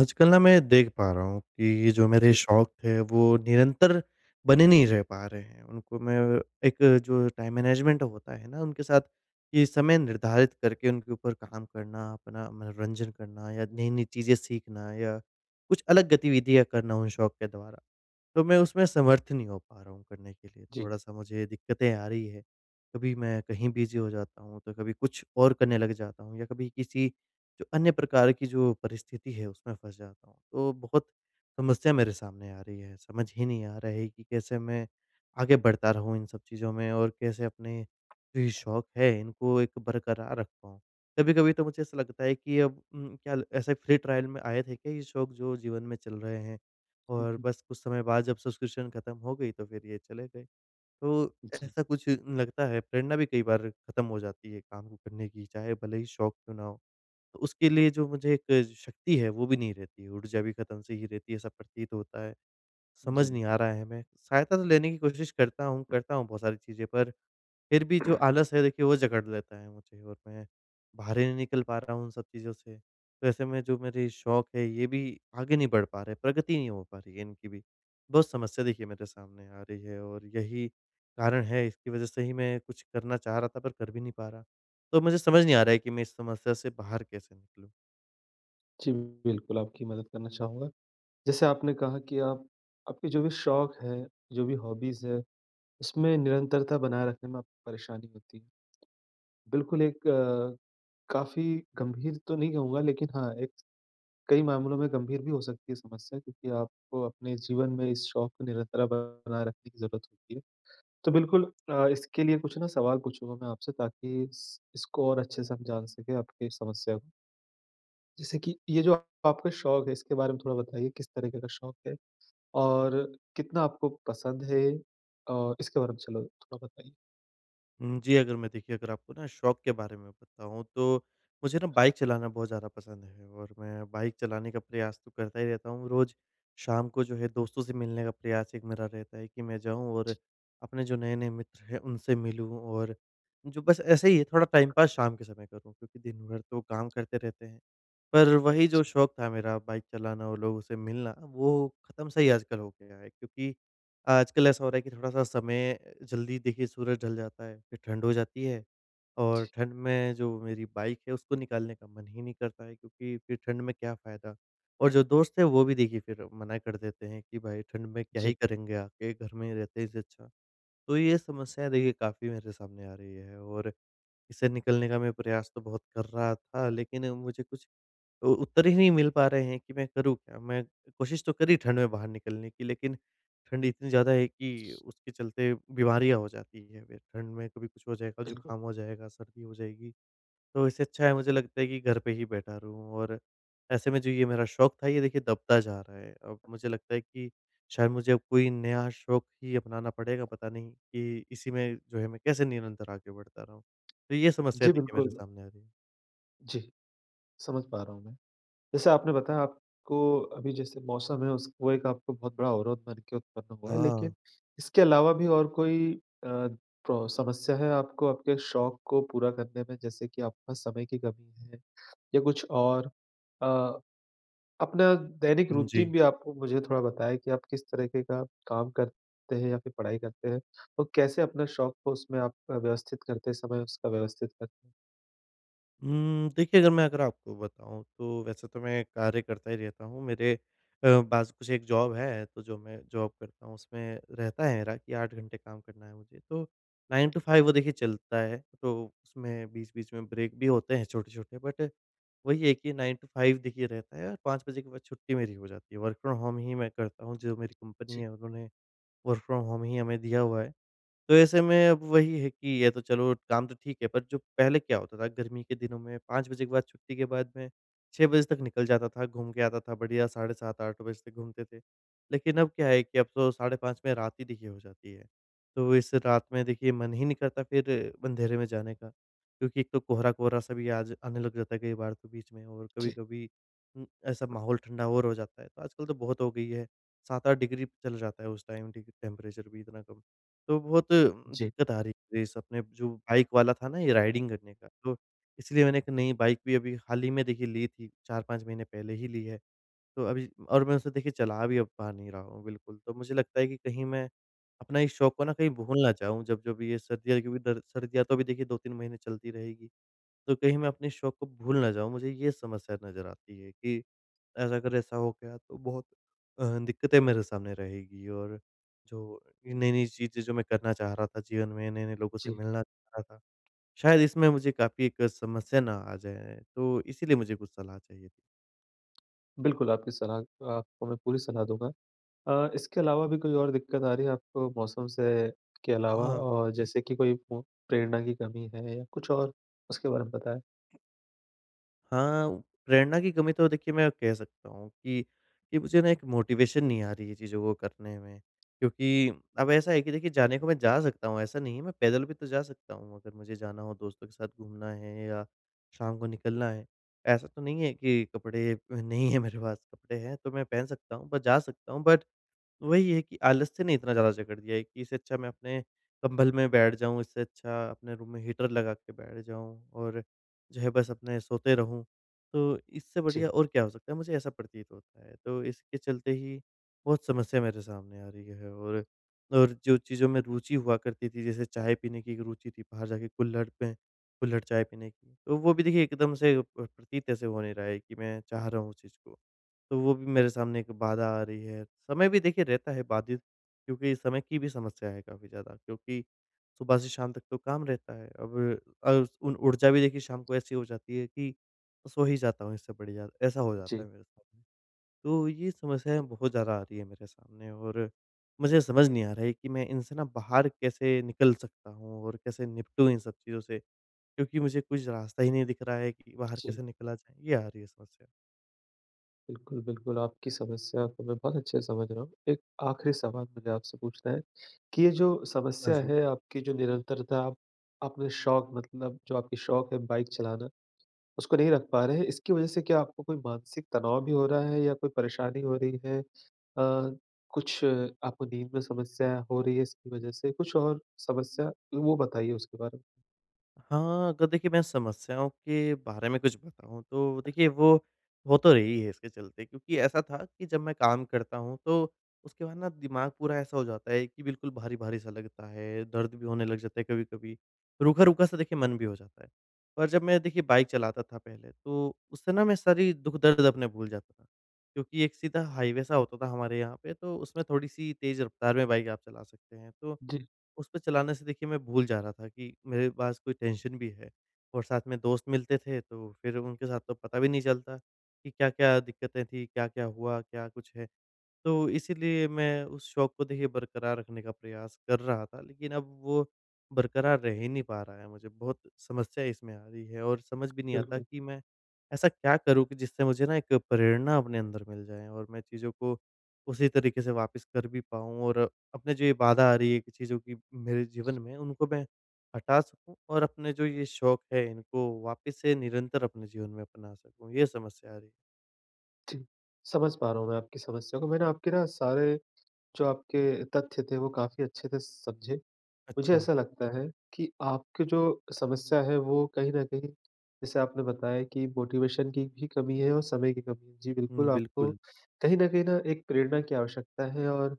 आजकल ना मैं देख पा रहा हूँ कि जो मेरे जी, शौक थे वो निरंतर बने नहीं रह पा रहे हैं। उनको मैं एक जो टाइम मैनेजमेंट होता है ना उनके साथ कि समय निर्धारित करके उनके ऊपर काम करना, अपना मनोरंजन करना या नई-नई चीज़ें सीखना या कुछ अलग गतिविधियाँ करना उन शौक के द्वारा। तो मैं उसमें समर्थ नहीं हो पा रहा हूँ करने के लिए, जी। थोड़ा-सा मुझे दिक्कतें आ रही है। कभी मैं कहीं बिज़ी हो जाता हूँ, तो कभी कुछ और करने लग जाता हूँ या कभी किसी जो अन्य प्रकार की जो परिस्थिति है, उसमें फँस जाता हूँ। तो बहुत समस्या मेरे सामने आ रही है, समझ ही नहीं आ रहा है कि कैसे मैं आगे बढ़ता रहूँ इन सब चीज़ों में और कैसे अपने जो ये शौक है, इनको एक बरकरार रख पाऊँ। कभी-कभी तो मुझे ऐसा लगता है कि अब क्या ऐसे फ्री ट्रायल में आए थे क्या ये शौक जो जीवन में चल रहे हैं? हुँ, और हुँ। बस कुछ समय बाद जब सब्सक्रिप्शन खत्म हो गई तो फिर ये चले गए। तो जी, ऐसा कुछ लगता है प्रेरणा भी कई बार खत्म हो जाती है काम को करने की, चाहे भले ही शौक क्यों ना हो। तो उसके लिए जो मुझे एक शक्ति है वो भी नहीं रहती है, ऊर्जा भी खत्म सी ही रहती है ऐसा प्रतीत होता है। जी। समझ नहीं आ रहा है हमें, सहायता तो लेने की कोशिश करता हूँ बहुत सारी चीज़ें पर फिर भी जो आलस है देखिए वो जकड़ लेता है मुझे और मैं बाहर ही नहीं निकल पा रहा हूँ उन सब चीज़ों से। तो ऐसे में जो मेरे शौक है ये भी आगे नहीं बढ़ पा रहे, प्रगति नहीं हो पा रही है इनकी भी। बहुत समस्या देखिए मेरे सामने आ रही है और यही कारण है, इसकी वज़ह से ही मैं कुछ करना चाह रहा था पर कर भी नहीं पा रहा। तो मुझे समझ नहीं आ रहा है कि मैं इस समस्या से बाहर कैसे निकलूँ? जी, बिल्कुल आपकी मदद करना चाहूँगा। जैसे आपने कहा कि आप आपके जो भी शौक हैं, जो भी हॉबीज़ हैं, उसमें निरंतरता बनाए रखने में आपको परेशानी होती है। बिल्कुल एक काफ़ी गंभीर तो नहीं कहूँगा, लेकिन हाँ, एक कई मामलों में गंभीर भी हो सकती है समस्या, क्योंकि आपको अपने जीवन में इस शौक को निरंतरा बनाए रखने की ज़रूरत होती है। तो बिल्कुल इसके लिए कुछ ना सवाल पूछूँगा मैं आपसे, ताकि इस इसको और अच्छे से हम जान सकें आपकी समस्या को। जैसे कि ये जो आपका शौक है, इसके बारे में थोड़ा बताइए, किस तरीके का शौक है? और कितना आपको पसंद है? इसके बारे में चलो थोड़ा बताइए। हुँ, जी, अगर मैं देखिए अगर आपको ना शौक के बारे में बताऊँ तो मुझे ना बाइक चलाना बहुत ज़्यादा पसंद है और मैं बाइक चलाने का प्रयास तो करता ही रहता हूँ। रोज़ शाम को जो है दोस्तों से मिलने का प्रयास एक मेरा रहता है कि मैं जाऊँ और अपने जो नए-नए मित्र हैं उनसे मिलूँ और जो बस ऐसे ही है थोड़ा टाइम पास शाम के समय करूँ क्योंकि दिन भर तो काम करते रहते हैं। पर वही जो शौक था मेरा बाइक चलाना और लोगों से मिलना, वो ख़त्म सा ही आजकल हो गया है क्योंकि आजकल ऐसा हो रहा है कि थोड़ा-सा समय जल्दी देखिए सूरज ढल जाता है, फिर ठंड हो जाती है और ठंड में जो मेरी बाइक है उसको निकालने का मन ही नहीं करता है क्योंकि फिर ठंड में क्या फ़ायदा? और जो दोस्त हैं वो भी देखिए फिर मना कर देते हैं कि भाई ठंड में क्या जी, ही करेंगे आके, घर में ही रहते हैं इससे अच्छा। तो ये समस्याएँ देखिए काफ़ी मेरे सामने आ रही है और इससे निकलने का मैं प्रयास तो बहुत कर रहा था लेकिन मुझे कुछ उ उत्तर ही नहीं मिल पा रहे हैं कि मैं करूँ क्या? मैं कोशिश तो करी ठंड में बाहर निकलने की, लेकिन ठंड इतनी ज़्यादा है कि उसके चलते बीमारियाँ हो जाती हैं फिर ठंड में, कभी कुछ हो जाएगा, बिल्कुल। जुकाम हो जाएगा, सर्दी हो जाएगी। तो इससे अच्छा है मुझे लगता है कि घर पे ही बैठा रहूँ और ऐसे में जो ये मेरा शौक था, ये देखिए दबता जा रहा है। अब मुझे लगता है कि शायद मुझे अब कोई नया शौक ही अपनाना पड़ेगा, पता नहीं कि इसी में जो है मैं कैसे निरंतर आगे बढ़ता रहूँ। तो ये समस्या जी, देखिए बिल्कुल। मेरे सामने आ रही है। जी, समझ पा रहा हूँ मैं। जैसे आपने बताया, आपको अभी जैसे मौसम है, उस वो एक आपको बहुत बड़ा अवरोध बन के उत्पन्न हुआ है, लेकिन हाँ, इसके अलावा भी और कोई अ, प्रो समस्या है आपको आपके शौक को पूरा करने में, जैसे कि आपका समय की कमी है या कुछ और? अ अपना दैनिक जी। रूटीन भी आप मुझे थोड़ा बताएँ कि आप किस तरीके का काम करते हैं या फिर पढ़ाई करते हैं? और कैसे अपने शौक को उसमें आप व्यवस्थित करते समय उसका व्यवस्थित करते हैं? देखिए अगर मैं अगर आपको बताऊँ तो वैसे तो मैं कार्य करता ही रहता हूँ। मेरे बाज़ कुछ एक जॉब है, तो जो मैं जॉब करता हूँ उसमें रहता है मेरा कि 8 घंटे काम करना है मुझे। तो 9 टू 5 वो देखिए चलता है, तो उसमें बीच-बीच में ब्रेक भी होते हैं छोटे-छोटे, बट वही है कि 9 टू 5 देखिए रहता है और 5 बजे के बाद छुट्टी मेरी हो जाती है। वर्क फ्रॉम होम ही मैं करता हूँ, जो मेरी कंपनी जी। है उन्होंने वर्क फ्रॉम होम ही हमें दिया हुआ है। तो ऐसे में अब वही है कि ये तो चलो काम तो ठीक है, पर जो पहले क्या होता था गर्मी के दिनों में 5 बजे के बाद छुट्टी के बाद मैं 6 बजे तक निकल जाता था, घूम के आता था बढ़िया, साढ़े 7-8 बजे तक घूमते थे। लेकिन अब क्या है कि अब तो साढ़े 5 में रात ही देखिए हो जाती है। तो इस रात में देखिए मन ही नहीं करता फिर अंधेरे में जाने का, क्योंकि एक तो कोहरा-कोहरा सा भी आज आने लग जाता है कई बार तो बीच में और जी। कभी-कभी ऐसा माहौल ठंडा और हो जाता है। तो आजकल तो बहुत हो गई है, 7-8 डिग्री चला जाता है उस टाइम टेक टेम्परेचर भी इतना कम। तो बहुत जी, दिक्कत आ रही थी इस अपने जो बाइक वाला था ना ये राइडिंग करने का, तो इसलिए मैंने एक नई बाइक भी अभी हाल ही में देखिए ली थी, 4-5 महीने पहले ही ली है। तो अभी और मैं उसे देखिए चला भी अब पा नहीं रहा हूँ बिल्कुल, तो मुझे लगता है कि कहीं मैं अपना इस शौक को ना कहीं भूल ना जाऊँ जब जब ये सर्दियाँ, क्योंकि दर सर्दियाँ तो अभी देखिए 2-3 महीने चलती रहेगी। तो कहीं मैं अपने शौक को भूल ना जाऊँ, मुझे ये समस्या नज़र आती है कि ऐसा अगर ऐसा हो गया तो बहुत दिक्कतें मेरे सामने रहेगी और जो नई-नई चीज़ें जो मैं करना चाह रहा था जीवन में, नए-नए लोगों से जी। मिलना चाह रहा था, शायद इसमें मुझे काफ़ी एक समस्या ना आ जाए, तो इसीलिए मुझे कुछ सलाह चाहिए थी। बिल्कुल, आपकी सलाह आपको मैं पूरी सलाह दूँगा। इसके अलावा भी कोई और दिक्कत आ रही है आपको मौसम से के अलावा, हाँ। और जैसे कि कोई प्रेरणा की कमी है या कुछ और? उसके बारे में बताएँ। हाँ, प्रेरणा की कमी तो देखिए मैं कह सकता हूँ कि, मुझे ना एक मोटिवेशन नहीं आ रही है चीज़ों को करने में। क्योंकि अब ऐसा है कि देखिए जाने को मैं जा सकता हूँ, ऐसा नहीं है, मैं पैदल भी तो जा सकता हूँ अगर मुझे जाना हो, दोस्तों के साथ घूमना है या शाम को निकलना है। ऐसा तो नहीं है कि कपड़े नहीं है मेरे पास, कपड़े हैं तो मैं पहन सकता हूँ, बस जा सकता हूँ, बट वही है कि आलस्य ने इतना ज़्यादा जकड़ दिया है कि इससे अच्छा मैं अपने कंबल में बैठ जाऊँ, इससे अच्छा अपने रूम में हीटर लगा के बैठ जाऊँ और जो है बस अपने सोते रहूँ। तो इससे बढ़िया जी, और क्या हो सकता है? मुझे ऐसा प्रतीत होता है। तो इसके चलते ही बहुत समस्या मेरे सामने आ रही है और जो चीज़ों में रुचि हुआ करती थी, जैसे चाय पीने की एक रुचि थी बाहर जाके कुल्हड़ पे कुल्हड़ चाय पीने की, तो वो भी देखिए एकदम से प्रतीत ऐसे हो नहीं रहा है कि मैं चाह रहा हूँ उस चीज़ को। तो वो भी मेरे सामने एक बाधा आ रही है। समय भी देखिए रहता है बाधित, क्योंकि समय की भी समस्या है काफ़ी ज़्यादा क्योंकि सुबह से शाम तक तो काम रहता है। अब अ, उन ऊर्जा भी देखिए शाम को ऐसी हो जाती है कि सो ही जाता हूँ इससे बढ़िया, ऐसा हो जाता जी, है मेरे साथ। तो ये समस्याएँ बहुत ज़्यादा आ रही है मेरे सामने और मुझे समझ नहीं आ रहा है कि मैं इनसे ना बाहर कैसे निकल सकता हूँ और कैसे निपटूँ इन सब चीज़ों से? क्योंकि मुझे कुछ रास्ता ही नहीं दिख रहा है कि बाहर जी। कैसे निकला जाए? ये आ रही है समस्या। बिल्कुल, बिल्कुल, आपकी समस्या को मैं बहुत अच्छे से समझ रहा हूँ। एक आखिरी सवाल मुझे आपसे पूछना है कि ये जो हाँ समस्या जी। है आपकी, जो निरंतरता आप अपने शौक मतलब जो आपकी शौक है बाइक चलाना, उसको नहीं रख पा रहे हैं, इसकी वज़ह से क्या आपको कोई मानसिक तनाव भी हो रहा है या कोई परेशानी हो रही है? कुछ आपको नींद में समस्या हो रही है इसकी वज़ह से? कुछ और समस्या, वो बताइए उसके बारे में? हाँ, अगर देखिए मैं समस्याओं के बारे में कुछ बताऊँ तो देखिए वो हो तो रही है इसके चलते, क्योंकि ऐसा था कि जब मैं काम करता हूँ तो उसके बाद ना दिमाग पूरा ऐसा हो जाता है कि बिल्कुल भारी-भारी सा लगता है, दर्द भी होने लग जाता है कभी-कभी। रूखा-रूखा सा देखिए मन भी हो जाता है। पर जब मैं देखिए बाइक चलाता था पहले तो उससे ना मैं सारी दुःख-दर्द अपने भूल जाता था। क्योंकि एक सीधा हाईवे सा होता था हमारे यहाँ पे, तो उसमें थोड़ी-सी तेज़ रफ़्तार में बाइक आप चला सकते हैं। तो जी, उसपे चलाने से देखिए मैं भूल जा रहा था कि मेरे पास कोई टेंशन भी है, और साथ में दोस्त मिलते थे तो फिर उनके साथ तो पता भी नहीं चलता कि क्या-क्या दिक्कतें थी, क्या-क्या हुआ, क्या कुछ है। तो इसीलिए मैं उस शौक को देखिए बरकरार रखने का प्रयास कर रहा था, लेकिन अब वो बरकरार रह ही नहीं पा रहा है। मुझे बहुत समस्या इसमें आ रही है और समझ भी नहीं आता बिल्कुल। कि मैं ऐसा क्या करूँ कि जिससे मुझे ना एक प्रेरणा अपने अंदर मिल जाए और मैं चीज़ों को उसी तरीके से वापस कर भी पाऊँ और अपने जो ये बाधा आ रही है कि चीज़ों की मेरे जीवन में, उनको मैं हटा सकूँ और अपने जो ये शौक है, इनको वापस से निरंतर अपने जीवन में अपना सकूँ। ये समस्या आ रही है। जी, समझ पा रहा हूँ मैं आपकी समस्या को। मैंने आपके ना सारे जो आपके तथ्य थे, वो काफ़ी अच्छे से समझे। मुझे अच्छा। ऐसा लगता है कि आपकी जो समस्या है, वो कहीं न कहीं, जैसे आपने बताया, कि मोटिवेशन की भी कमी है और समय की कमी है। जी, बिल्कुल हुँ, आपको बिल्कुल। कहीं न कहीं ना एक प्रेरणा की आवश्यकता है और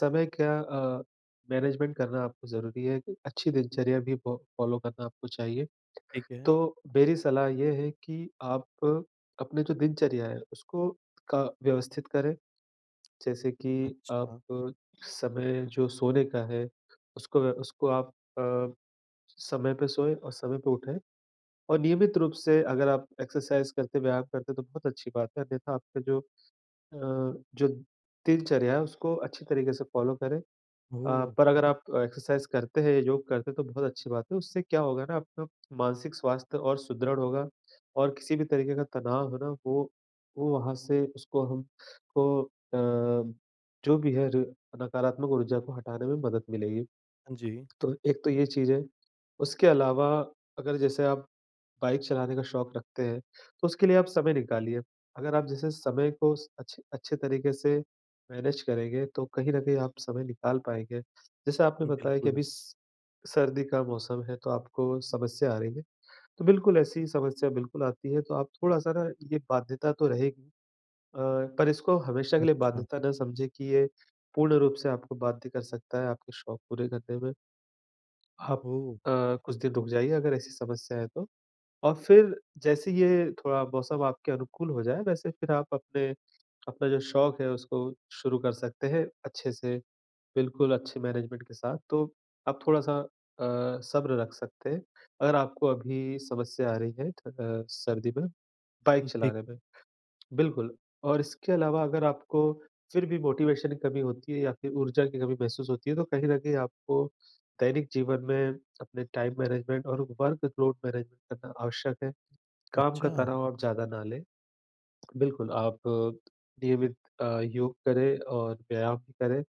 समय का मैनेजमेंट करना आपको ज़रूरी है। एक अच्छी दिनचर्या भी फ़ॉलो करना आपको चाहिए। ठीक है। तो मेरी सलाह ये है कि आप अपने जो दिनचर्या है, उसको का व्यवस्थित करें, जैसे कि आप अच्छा। समय जो सोने का है, उसको आप अ, समय पे सोएँ और समय पे उठें, और नियमित रूप से अगर आप एक्सरसाइज़ करते, व्यायाम करते हैं, तो बहुत अच्छी बात है, अन्यथा आपका अ, जो दिनचर्या है, उसको अच्छी तरीके से फ़ॉलो करें। ओह! पर अगर आप एक्सरसाइज़ करते हैं, योग करते हैं, तो बहुत अच्छी बात है। उससे क्या होगा ना, आपका मानसिक स्वास्थ्य और सुदृढ़ होगा और किसी भी तरीके का तनाव है ना, वो वहाँ से उसको हमको जो भी है र नकारात्मक ऊर्जा को हटाने में मदद मिलेगी। हाँ जी, तो एक तो ये चीज़ है। उसके अलावा, अगर जैसे आप बाइक चलाने का शौक रखते हैं, तो उसके लिए आप समय निकालिए। अगर आप जैसे समय को स अच्छे अच्छे तरीके से मैनेज करेंगे, तो कहीं न कहीं आप समय निकाल पाएँगे। जैसे आपने बताया कि बिल्कुल। अभी स सर्दी का मौसम है, तो आपको समस्या आ रही है। तो बिल्कुल ऐसी समस्या बिल्कुल आती है, तो आप थोड़ा-सा ना, ये बाध्यता तो रहेगी, अ, पर इसको हमेशा के लिए अच्छा, बाध्यता ना समझें कि ये पूर्ण रूप से आपको बाध्य कर सकता है आपके शौक पूरे करने में। आप ओह! अ, कुछ दिन रुक जाइए अगर ऐसी समस्या है तो। और फिर जैसे ये थोड़ा मौसम आपके अनुकूल हो जाए, वैसे फिर आप अपने अपना जो शौक है, उसको शुरू कर सकते हैं अच्छे से, बिल्कुल अच्छे मैनेजमेंट के साथ। तो आप थोड़ा-सा सब्र रख सकते हैं, अगर आपको अभी समस्या आ रही है सर्दी में बाइक ठीक। चलाने में, बिल्कुल। और इसके अलावा अगर आपको फिर भी मोटिवेशन की कमी होती है या फिर ऊर्जा की कमी महसूस होती है, तो कहीं न कहीं आपको दैनिक जीवन में अपने टाइम मैनेजमेंट और वर्क लोड मैनेजमेंट करना आवश्यक है। काम का अच्छा, तनाव आप ज़्यादा ना लें। बिल्कुल, आप नियमित योग करें और व्यायाम भी करें,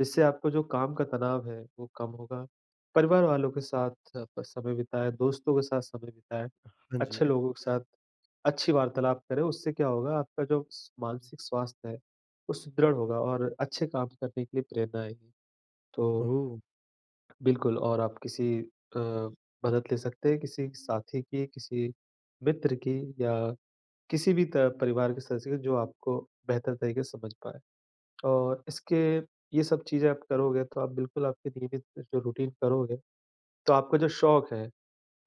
जिससे आपको जो काम का तनाव है, वो कम होगा। परिवार वालों के साथ प समय बिताएँ, दोस्तों के साथ समय बिताएँ, हाँ जी, अच्छे लोगों के साथ अच्छी वार्तालाप करें, उससे क्या होगा, आपका जो स मानसिक स्वास्थ्य है, वो सुदृढ़ होगा और अच्छे काम करने के लिए प्रेरणा आएगी। तो ओह! बिल्कुल, और आप किसी मदद ले सकते हैं, किसी साथी की, किसी मित्र की, या किसी भी त परिवार के सदस्य के, जो आपको बेहतर तरीके से समझ पाए। और इसके ये सब चीज़ें आप करोगे, तो आप बिल्कुल आपके नियमित जो रूटीन करोगे, तो आपका जो शौक है,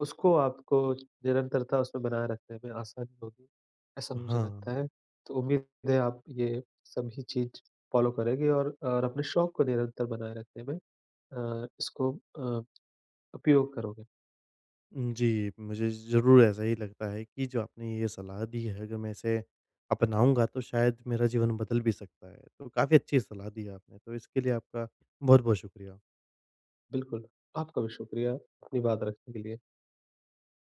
उसको आपको निरंतरता उसमें बनाए रखने में आसानी होगी, ऐसा मुझे लगता हाँ, है। तो उम्मीद है आप ये सभी चीज़ फ़ॉलो करेंगे, और अपने शौक को निरंतर बनाए रखने में इसको अ, उपयोग करोगे। जी, मुझे ज़रूर ऐसा ही लगता है कि जो आपने ये सलाह दी है, अगर मैं इसे अपनाऊँगा तो शायद मेरा जीवन बदल भी सकता है। तो काफ़ी अच्छी सलाह दी है आपने, तो इसके लिए आपका बहुत-बहुत शुक्रिया। बिल्कुल, आपका भी शुक्रिया अपनी बात रखने के लिए।